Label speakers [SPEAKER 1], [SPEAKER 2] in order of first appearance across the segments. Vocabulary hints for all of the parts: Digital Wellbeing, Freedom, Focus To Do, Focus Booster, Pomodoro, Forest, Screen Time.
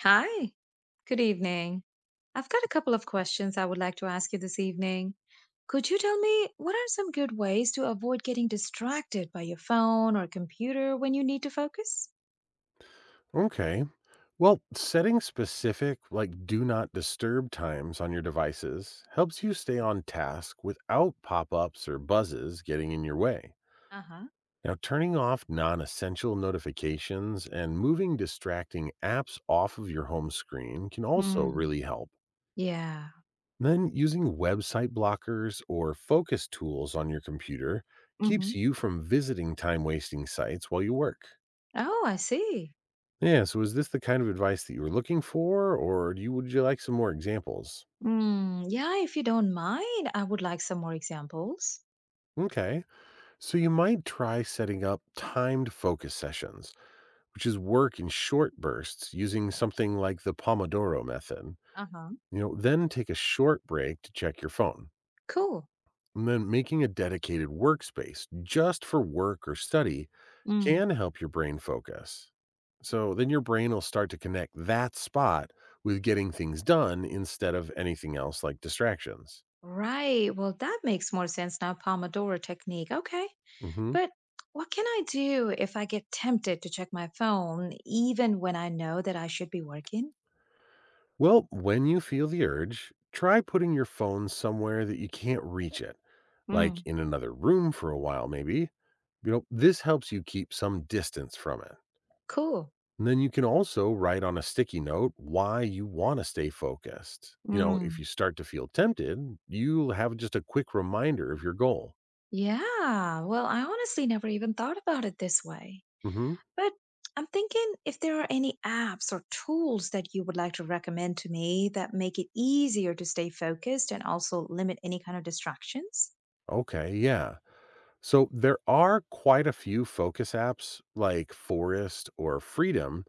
[SPEAKER 1] Hi, good evening. I've got a couple of questions I would like to ask you this evening. Could you tell me what are some good ways to avoid getting distracted by your phone or computer when you need to focus?
[SPEAKER 2] Okay. Well, setting specific, like do not disturb times on your devices helps you stay on task without pop ups or buzzes getting in your way.
[SPEAKER 1] Uh-huh.
[SPEAKER 2] Now, turning off non essential notifications and moving distracting apps off of your home screen can also
[SPEAKER 1] Mm.
[SPEAKER 2] really help.
[SPEAKER 1] Yeah.
[SPEAKER 2] Then, using website blockers or focus tools on your computer
[SPEAKER 1] Hmm.
[SPEAKER 2] keeps you from visiting time wasting sites while you work.
[SPEAKER 1] Oh, I see.
[SPEAKER 2] Yeah, so is this the kind of advice that you were looking for, or would you like some more examples?
[SPEAKER 1] Mm. Yeah, if you don't mind, I would like some more examples.
[SPEAKER 2] Okay, so you might try setting up timed focus sessions, which is work in short bursts using something like the Pomodoro method.
[SPEAKER 1] Uh-huh.
[SPEAKER 2] You know, then take a short break to check your phone.
[SPEAKER 1] Cool.
[SPEAKER 2] And then making a dedicated workspace just for work or study
[SPEAKER 1] Mm.
[SPEAKER 2] can help your brain focus. So then your brain will start to connect that spot with getting things done instead of anything else like distractions.
[SPEAKER 1] Right. Well, that makes more sense now. Pomodoro technique. Okay.
[SPEAKER 2] Hmm.
[SPEAKER 1] But what can I do if I get tempted to check my phone even when I know that I should be working?
[SPEAKER 2] Well, when you feel the urge, try putting your phone somewhere that you can't reach it,
[SPEAKER 1] Mm.
[SPEAKER 2] like in another room for a while, maybe. You know, this helps you keep some distance from it.
[SPEAKER 1] Cool.
[SPEAKER 2] And then you can also write on a sticky note why you want to stay focused. You know, if
[SPEAKER 1] Mm.
[SPEAKER 2] you start to feel tempted, you'll have just a quick reminder of your goal.
[SPEAKER 1] Yeah, well, I honestly never even thought about it this way.
[SPEAKER 2] Hmm.
[SPEAKER 1] But I'm thinking if there are any apps or tools that you would like to recommend to me that make it easier to stay focused and also limit any kind of distractions.
[SPEAKER 2] Okay, yeah. So there are quite a few focus apps like Forest or Freedom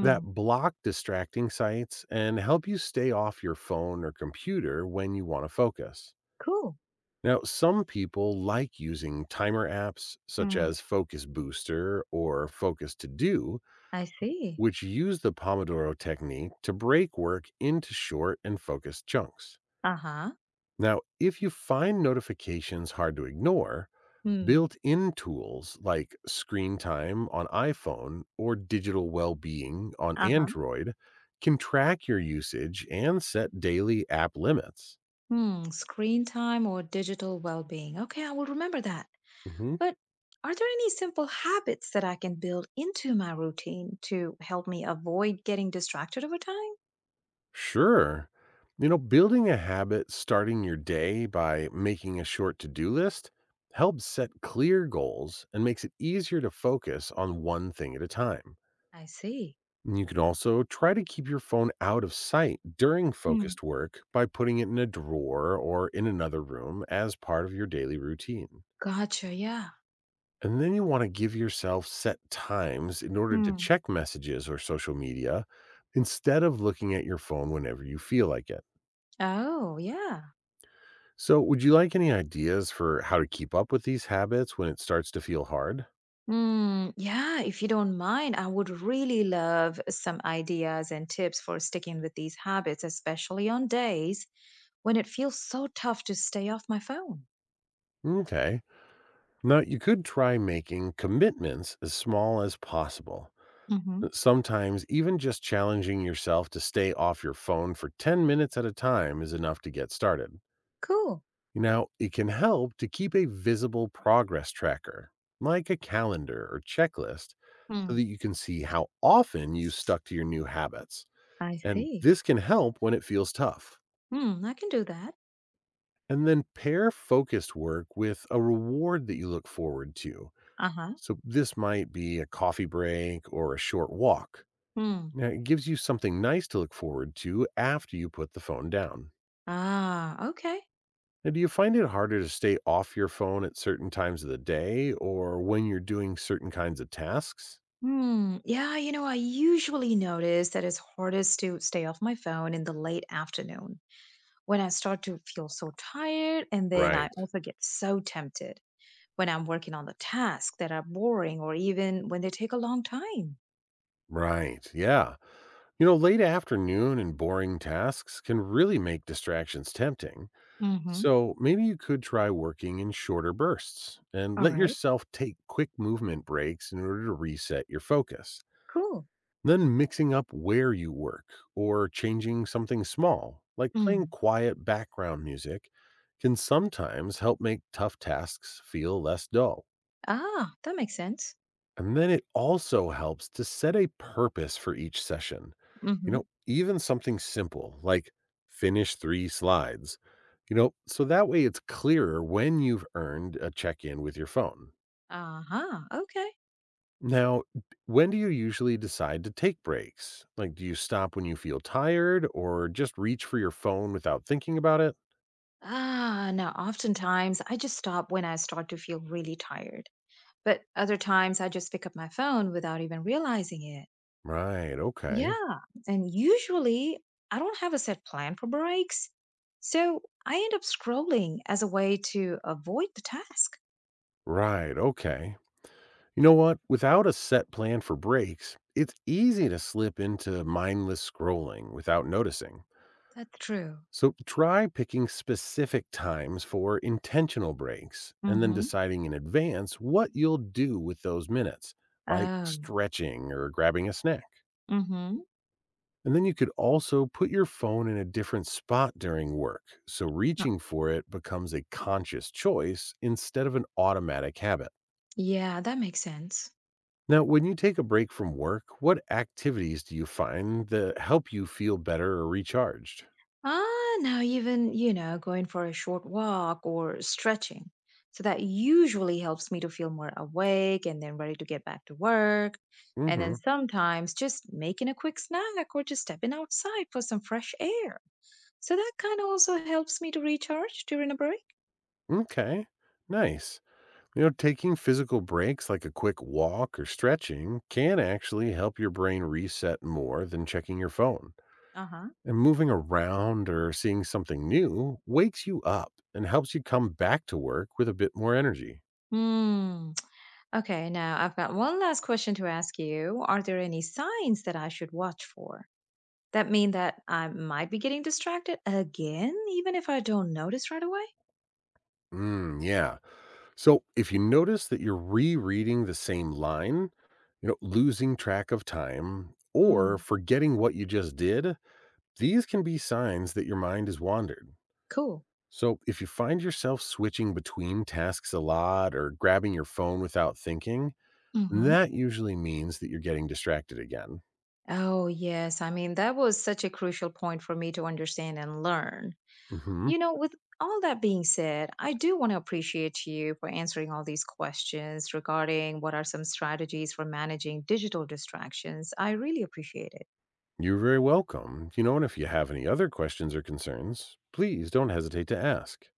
[SPEAKER 2] that block distracting sites and help you stay off your phone or computer when you want to focus.
[SPEAKER 1] Cool.
[SPEAKER 2] Now, some people like using timer apps such
[SPEAKER 1] Mm.
[SPEAKER 2] as Focus Booster or Focus To Do,
[SPEAKER 1] I see.
[SPEAKER 2] which use the Pomodoro technique to break work into short and focused chunks.
[SPEAKER 1] Uh huh.
[SPEAKER 2] Now, if you find notifications hard to ignore,
[SPEAKER 1] Hmm.
[SPEAKER 2] built-in tools like Screen Time on iPhone or Digital Wellbeing on
[SPEAKER 1] Uh huh.
[SPEAKER 2] Android can track your usage and set daily app limits.
[SPEAKER 1] Hmm, screen time or digital well-being. Okay, I will remember that.
[SPEAKER 2] Hmm.
[SPEAKER 1] But are there any simple habits that I can build into my routine to help me avoid getting distracted over time?
[SPEAKER 2] Sure. You know, building a habit starting your day by making a short to do list helps set clear goals and makes it easier to focus on one thing at a time.
[SPEAKER 1] I see.
[SPEAKER 2] And you can also try to keep your phone out of sight during
[SPEAKER 1] Mm.
[SPEAKER 2] focused work by putting it in a drawer or in another room as part of your daily routine.
[SPEAKER 1] Gotcha, yeah.
[SPEAKER 2] And then you want to give yourself set times in order to
[SPEAKER 1] Hmm.
[SPEAKER 2] check messages or social media instead of looking at your phone whenever you feel like it.
[SPEAKER 1] Oh, yeah.
[SPEAKER 2] So, would you like any ideas for how to keep up with these habits when it starts to feel hard?
[SPEAKER 1] Mm, yeah, if you don't mind, I would really love some ideas and tips for sticking with these habits, especially on days when it feels so tough to stay off my phone.
[SPEAKER 2] Okay. Now, you could try making commitments as small as possible.
[SPEAKER 1] Mm-hmm.
[SPEAKER 2] Sometimes, even just challenging yourself to stay off your phone for 10 minutes at a time is enough to get started.
[SPEAKER 1] Cool.
[SPEAKER 2] Now, it can help to keep a visible progress tracker, like a calendar or checklist, so that
[SPEAKER 1] Mm.
[SPEAKER 2] you can see how often you stuck to your new habits.
[SPEAKER 1] I
[SPEAKER 2] And
[SPEAKER 1] see.
[SPEAKER 2] this can help when it feels tough.
[SPEAKER 1] Hmm, I can do that.
[SPEAKER 2] And then pair focused work with a reward that you look forward to.
[SPEAKER 1] Uh-huh.
[SPEAKER 2] So, this might be a coffee break or a short walk.
[SPEAKER 1] Hmm.
[SPEAKER 2] Now, it gives you something nice to look forward to after you put the phone down.
[SPEAKER 1] Ah, okay.
[SPEAKER 2] Now, do you find it harder to stay off your phone at certain times of the day or when you're doing certain kinds of tasks?
[SPEAKER 1] Hmm. Yeah, I usually notice that it's hardest to stay off my phone in the late afternoon when I start to feel so tired and then I
[SPEAKER 2] Right,
[SPEAKER 1] also get so tempted. When I'm working on the tasks that are boring or even when they take a long time.
[SPEAKER 2] right. Yeah. You know, late afternoon and boring tasks can really make distractions tempting.
[SPEAKER 1] Mm-hmm.
[SPEAKER 2] So maybe you could try working in shorter bursts and
[SPEAKER 1] All
[SPEAKER 2] let
[SPEAKER 1] right,
[SPEAKER 2] yourself take quick movement breaks in order to reset your focus.
[SPEAKER 1] cool.
[SPEAKER 2] Then mixing up where you work or changing something small, like playing
[SPEAKER 1] Mm.
[SPEAKER 2] quiet background music, can sometimes help make tough tasks feel less dull.
[SPEAKER 1] Ah, that makes sense.
[SPEAKER 2] And then it also helps to set a purpose for each session.
[SPEAKER 1] Mm-hmm.
[SPEAKER 2] Even something simple like finish three slides, so that way it's clearer when you've earned a check in with your phone.
[SPEAKER 1] Uh-huh. Okay.
[SPEAKER 2] Now, when do you usually decide to take breaks? Like, do you stop when you feel tired or just reach for your phone without thinking about it?
[SPEAKER 1] Ah, now oftentimes I just stop when I start to feel really tired. But other times I just pick up my phone without even realizing it.
[SPEAKER 2] Right. Okay.
[SPEAKER 1] Yeah. And usually I don't have a set plan for breaks. So I end up scrolling as a way to avoid the task.
[SPEAKER 2] Right. Okay. You know what? Without a set plan for breaks, it's easy to slip into mindless scrolling without noticing.
[SPEAKER 1] That's true.
[SPEAKER 2] So try picking specific times for intentional breaks and then
[SPEAKER 1] Mm-hmm.
[SPEAKER 2] deciding in advance what you'll do with those minutes, like
[SPEAKER 1] Oh.
[SPEAKER 2] stretching or grabbing a snack.
[SPEAKER 1] Mm-hmm.
[SPEAKER 2] And then you could also put your phone in a different spot during work, so
[SPEAKER 1] Uh,
[SPEAKER 2] reaching for it becomes a conscious choice instead of an automatic habit.
[SPEAKER 1] yeah, that makes sense.
[SPEAKER 2] Now, when you take a break from work, what activities do you find that help you feel better or recharged?
[SPEAKER 1] Ah, now even, going for a short walk or stretching. So that usually helps me to feel more awake and then ready to get back to work. And then
[SPEAKER 2] Mhm.
[SPEAKER 1] sometimes just making a quick snack or just stepping outside for some fresh air. So that kind of also helps me to recharge during a break.
[SPEAKER 2] Okay. Nice. You know, taking physical breaks like a quick walk or stretching can actually help your brain reset more than checking your phone.
[SPEAKER 1] Uh huh.
[SPEAKER 2] And moving around or seeing something new wakes you up and helps you come back to work with a bit more energy.
[SPEAKER 1] Hmm. Okay, now I've got one last question to ask you. Are there any signs that I should watch for that mean that I might be getting distracted again, even if I don't notice right away?
[SPEAKER 2] Mm, yeah. So if you notice that you're rereading the same line, you know, losing track of time or
[SPEAKER 1] Mm.
[SPEAKER 2] forgetting what you just did, these can be signs that your mind has wandered.
[SPEAKER 1] Cool.
[SPEAKER 2] So if you find yourself switching between tasks a lot or grabbing your phone without thinking,
[SPEAKER 1] Hmm.
[SPEAKER 2] that usually means that you're getting distracted again.
[SPEAKER 1] Oh, yes. I mean, that was such a crucial point for me to understand and learn.
[SPEAKER 2] Mhm.
[SPEAKER 1] With all that being said, I do want to appreciate you for answering all these questions regarding what are some strategies for managing digital distractions. I really appreciate it.
[SPEAKER 2] You're very welcome. You know, and if you have any other questions or concerns, please don't hesitate to ask.